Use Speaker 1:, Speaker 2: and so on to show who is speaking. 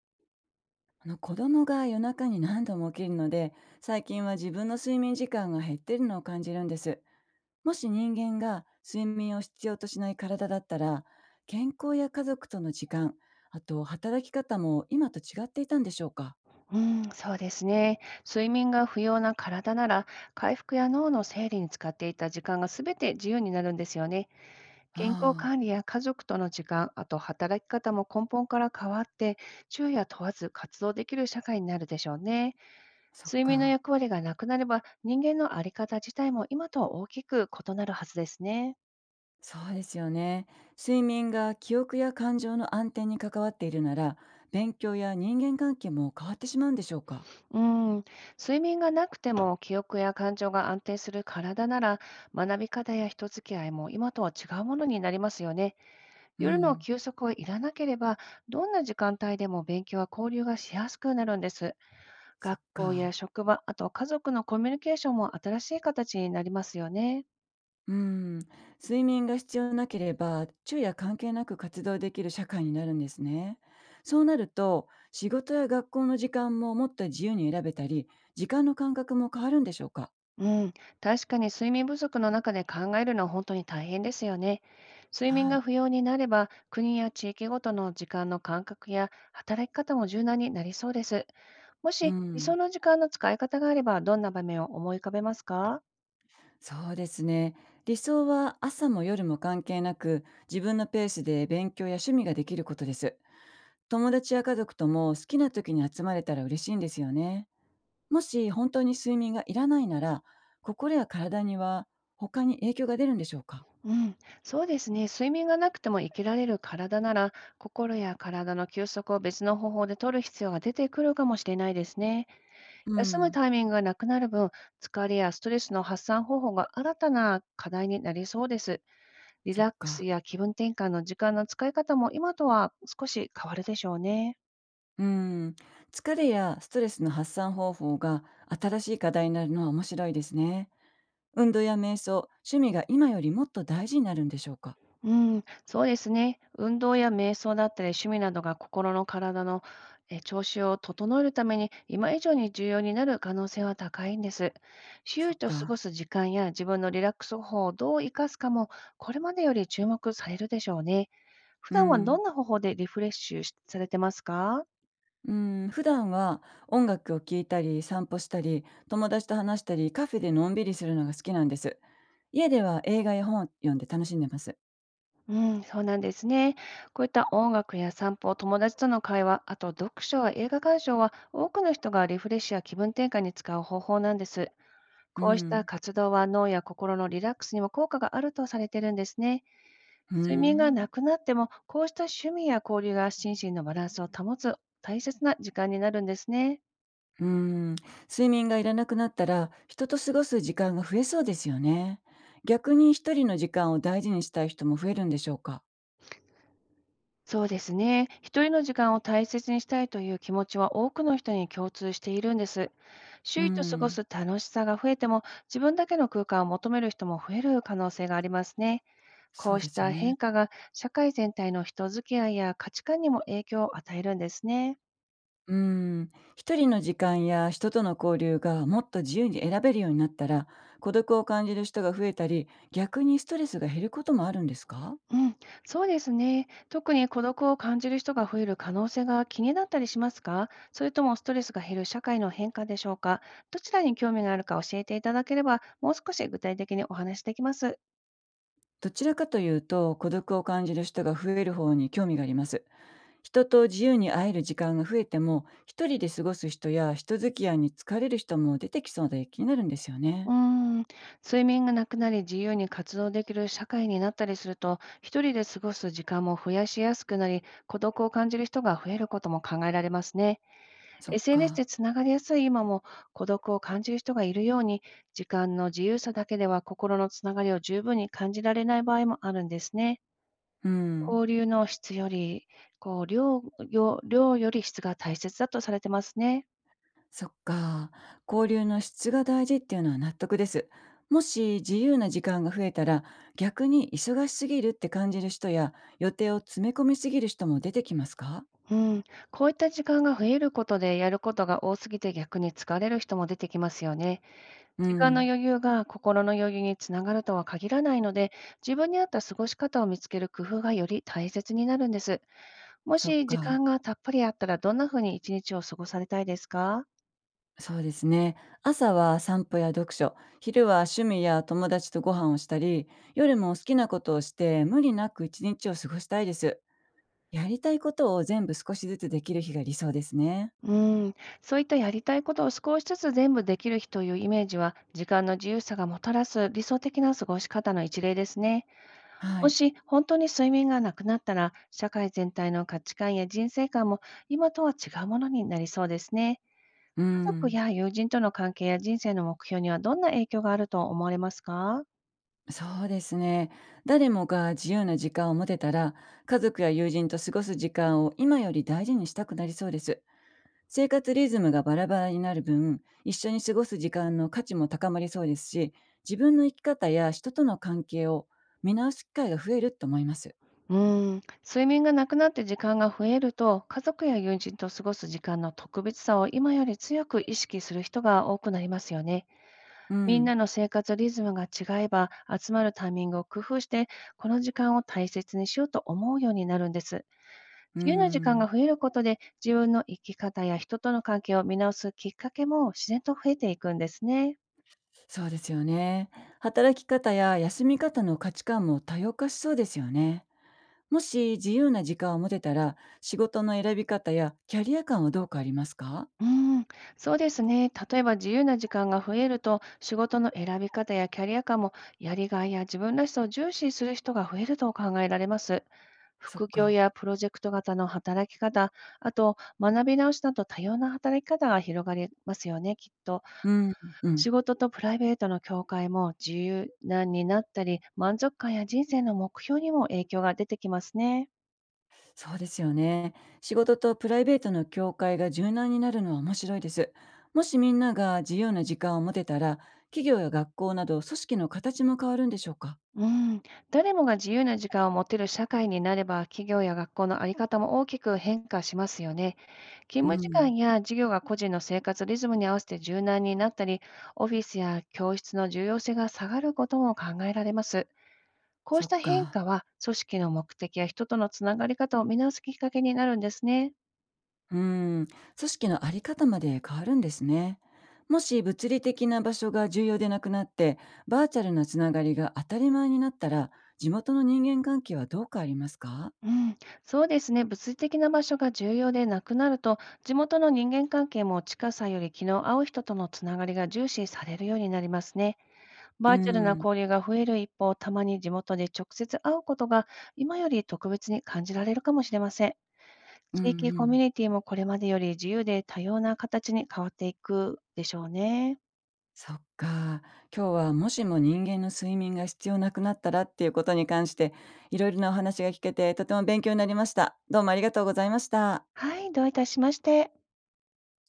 Speaker 1: 子供が夜中に何度も起きるので、最近は自分の睡眠時間が減ってるのを感じるんです。もし人間が睡眠を必要としない体だったら、健康や家族との時間、あと働き方も今と違っていたんでしょうか。
Speaker 2: うん、そうですね。睡眠が不要な体なら、回復や脳の整理に使っていた時間がすべて自由になるんですよね。健康
Speaker 1: ああ。
Speaker 2: 管理や家族との時間、あと働き方も根本から変わって、昼夜問わず活動できる社会になるでしょうね。
Speaker 1: そっ
Speaker 2: 睡眠の
Speaker 1: か。
Speaker 2: 役割がなくなれば、人間のあり方自体も今とは大きく異なるはずですね。
Speaker 1: そうですよね。睡眠が記憶や感情の安定に関わっているなら、勉強や人間関係も変わってしまうんでしょうか。
Speaker 2: うん、睡眠がなくても記憶や感情が安定する体なら、学び方や人付き合いも今とは違うものになりますよね。
Speaker 1: う
Speaker 2: 夜の
Speaker 1: ん。
Speaker 2: 休息をいらなければ、どんな時間帯でも勉強や交流がしやすくなるんです。
Speaker 1: そっ
Speaker 2: 学校
Speaker 1: か。
Speaker 2: や職場、あと家族のコミュニケーションも新しい形になりますよね。
Speaker 1: うん、睡眠が必要なければ昼夜関係なく活動できる社会になるんですね。そうなると仕事や学校の時間ももっと自由に選べたり、時間の感覚も変わるんでしょうか。
Speaker 2: うん、確かに睡眠不足の中で考えるのは本当に大変ですよね。睡
Speaker 1: は
Speaker 2: 眠が
Speaker 1: い。
Speaker 2: 不要になれば、国や地域ごとの時間の感覚や働き方も柔軟になりそうです。も
Speaker 1: う
Speaker 2: し理想
Speaker 1: ん、
Speaker 2: の時間の使い方があれば、どんな場面を思い浮かべますか？
Speaker 1: そうですね。理想は朝も夜も関係なく自分のペースで勉強や趣味ができることです。友達や家族とも好きな時に集まれたら嬉しいんですよね。もし本当に睡眠がいらないなら、心や体には他に影響が出るんでしょうか？
Speaker 2: うん、そうですね。睡眠がなくても生きられる体なら、心や体の休息を別の方法で取る必要が出てくるかもしれないですね。
Speaker 1: う
Speaker 2: 休む
Speaker 1: ん。
Speaker 2: タイミングがなくなる分、疲れやストレスの発散方法が新たな課題になりそうです。リ
Speaker 1: そ
Speaker 2: ラ
Speaker 1: っ
Speaker 2: ックス
Speaker 1: か。
Speaker 2: や気分転換の時間の使い方も今とは少し変わるでしょうね。
Speaker 1: うーん。疲れやストレスの発散方法が新しい課題になるのは面白いですね。運動や瞑想、趣味が今よりもっと大事になるんでしょうか？
Speaker 2: うん、そうですね。運動や瞑想だったり趣味などが心の体の調子を整えるために今以上に重要になる可能性は高いんです。周
Speaker 1: そっ
Speaker 2: 囲と過
Speaker 1: か。
Speaker 2: ごす時間や自分のリラックス方法をどう生かすかも、これまでより注目されるでしょうね。普
Speaker 1: う
Speaker 2: 段はど
Speaker 1: ん。
Speaker 2: んな方法でリフレッシュされてますか？
Speaker 1: うーん、普段は音楽を聴いたり、散歩したり、友達と話したり、カフェでのんびりするのが好きなんです。家では映画や本を読んで楽しんでます。
Speaker 2: うん、そうなんですね。こういった音楽や散歩、友達との会話、あと読書や映画鑑賞は多くの人がリフレッシュや気分転換に使う方法なんです。
Speaker 1: う
Speaker 2: こうした
Speaker 1: ん。
Speaker 2: 活動は脳や心のリラックスにも効果があるとされているんですね。
Speaker 1: うー
Speaker 2: 睡眠がな
Speaker 1: ん。
Speaker 2: くなっても、こうした趣味や交流が心身のバランスを保つ大切な時間になるんですね。
Speaker 1: うーん、睡眠がいらなくなったら人と過ごす時間が増えそうですよね。逆に一人の時間を大事にしたい人も増えるんでしょうか。
Speaker 2: そうですね。一人の時間を大切にしたいという気持ちは多くの人に共通しているんです。
Speaker 1: うー
Speaker 2: 周囲と過ご
Speaker 1: ん、
Speaker 2: す楽しさが増えても、自分だけの空間を求める人も増える可能性がありますね。こ
Speaker 1: そう
Speaker 2: う
Speaker 1: で
Speaker 2: し
Speaker 1: すよ
Speaker 2: た
Speaker 1: ね。
Speaker 2: 変化が社会全体の人付き合いや価値観にも影響を与えるんですね。
Speaker 1: うーん、一人の時間や人との交流がもっと自由に選べるようになったら、孤独を感じる人が増えたり逆にストレスが減ることもあるんですか。
Speaker 2: うん、そうですね。特に孤独を感じる人が増える可能性が気になったりしますか？それともストレスが減る社会の変化でしょうか？どちらに興味があるか教えていただければ、もう少し具体的にお話しできます。
Speaker 1: どちらかというと孤独を感じる人が増える方に興味があります。人と自由に会える時間が増えても、一人で過ごす人や人付き合いに疲れる人も出てきそうで気になるんですよ
Speaker 2: う
Speaker 1: ね。
Speaker 2: ーん、睡眠がなくなり自由に活動できる社会になったりすると、一人で過ごす時間も増やしやすくなり、孤独を感じる人が増えることも考えられますね。
Speaker 1: そっ
Speaker 2: SNS で
Speaker 1: か。
Speaker 2: つながりやすい今も、孤独を感じる人がいるように、時間の自由さだけでは心のつながりを十分に感じられない場合もあるんですね。
Speaker 1: うん。
Speaker 2: 交流の質より、こう量量より質が大切だとされてますね。
Speaker 1: そっか。交流の質が大事っていうのは納得です。もし自由な時間が増えたら、逆に忙しすぎるって感じる人や、予定を詰め込みすぎる人も出てきますか？
Speaker 2: うん、こういった時間が増えることで、やることが多すぎて逆に疲れる人も出てきますよね。
Speaker 1: う
Speaker 2: 時間の
Speaker 1: ん。
Speaker 2: 余裕が心の余裕につながるとは限らないので、自分に合った過ごし方を見つける工夫がより大切になるんです。も
Speaker 1: そっ
Speaker 2: し時
Speaker 1: か。
Speaker 2: 間がたっぷりあったら、どんな風に一日を過ごされたいですか？
Speaker 1: そうですね。朝は散歩や読書、昼は趣味や友達とご飯をしたり、夜も好きなことをして無理なく一日を過ごしたいです。やりたいことを全部少しずつできる日が理想ですね。
Speaker 2: うん、そういったやりたいことを少しずつ全部できる日というイメージは、時間の自由さがもたらす理想的な過ごし方の一例ですね。
Speaker 1: は
Speaker 2: も
Speaker 1: い。
Speaker 2: し本当に睡眠がなくなったら、社会全体の価値観や人生観も今とは違うものになりそうですね。
Speaker 1: う
Speaker 2: 家族
Speaker 1: ん、
Speaker 2: や友人との関係や人生の目標にはどんな影響があると思われますか？
Speaker 1: そうですね。誰もが自由な時間を持てたら、家族や友人と過ごす時間を今より大事にしたくなりそうです。生活リズムがバラバラになる分、一緒に過ごす時間の価値も高まりそうですし、自分の生き方や人との関係を見直す機会が増えると思います。
Speaker 2: うーん、睡眠がなくなって時間が増えると、家族や友人と過ごす時間の特別さを今より強く意識する人が多くなりますよね。
Speaker 1: う
Speaker 2: みん
Speaker 1: ん。
Speaker 2: なの生活リズムが違えば、集まるタイミングを工夫して、この時間を大切にしようと思うようになるんです。
Speaker 1: うー
Speaker 2: 自由な時間
Speaker 1: ん。
Speaker 2: が増えることで、自分の生き方や人との関係を見直すきっかけも自然と増えていくんですね。
Speaker 1: そうですよね。働き方や休み方の価値観も多様化しそうですよね。もし自由な時間を持てたら、仕事の選び方やキャリア感はどうかありますか？
Speaker 2: うーん、そうですね。例えば自由な時間が増えると、仕事の選び方やキャリア感も、やりがいや自分らしさを重視する人が増えると考えられます。
Speaker 1: そっ
Speaker 2: 副業
Speaker 1: か。
Speaker 2: やプロジェクト型の働き方、あと学び直しなど多様な働き方が広がりますよね、きっと。
Speaker 1: うん。うん。
Speaker 2: 仕事とプライベートの境界も自由なになったり、満足感や人生の目標にも影響が出てきますね。
Speaker 1: そうですよね。仕事とプライベートの境界が柔軟になるのは面白いです。もしみんなが自由な時間を持てたら、企業や学校など組織の形も変わるんでしょうか？
Speaker 2: うん、誰もが自由な時間を持てる社会になれば、企業や学校の在り方も大きく変化しますよね。
Speaker 1: う
Speaker 2: 勤務時
Speaker 1: ん、
Speaker 2: 間や授業が個人の生活リズムに合わせて柔軟になったり、オフィスや教室の重要性が下がることも考えられます。こう
Speaker 1: そ
Speaker 2: し
Speaker 1: っ
Speaker 2: た変
Speaker 1: か。
Speaker 2: 化は、組織の目的や人とのつながり方を見直すきっかけになるんですね。
Speaker 1: うん、組織のあり方まで変わるんですね。もし物理的な場所が重要でなくなって、バーチャルなつながりが当たり前になったら、地元の人間関係はどう変わりますか？
Speaker 2: うん、そうですね。物理的な場所が重要でなくなると、地元の人間関係も近さより気の合う人とのつながりが重視されるようになりますね。
Speaker 1: う
Speaker 2: バーチャル
Speaker 1: ん、
Speaker 2: な
Speaker 1: うん、
Speaker 2: 交流が増える一方、たまに地元で直接会うことが今より特別に感じられるかもしれません。
Speaker 1: う
Speaker 2: 地域コミ
Speaker 1: ん。
Speaker 2: ュニティもこれまでより自由で多様な形に変わっていくでしょうね。
Speaker 1: そっか。今日はもしも人間の睡眠が必要なくなったらっていうことに関して、いろいろなお話が聞けてとても勉強になりました。どうもありがとうございました。
Speaker 2: はい、どういたしまして。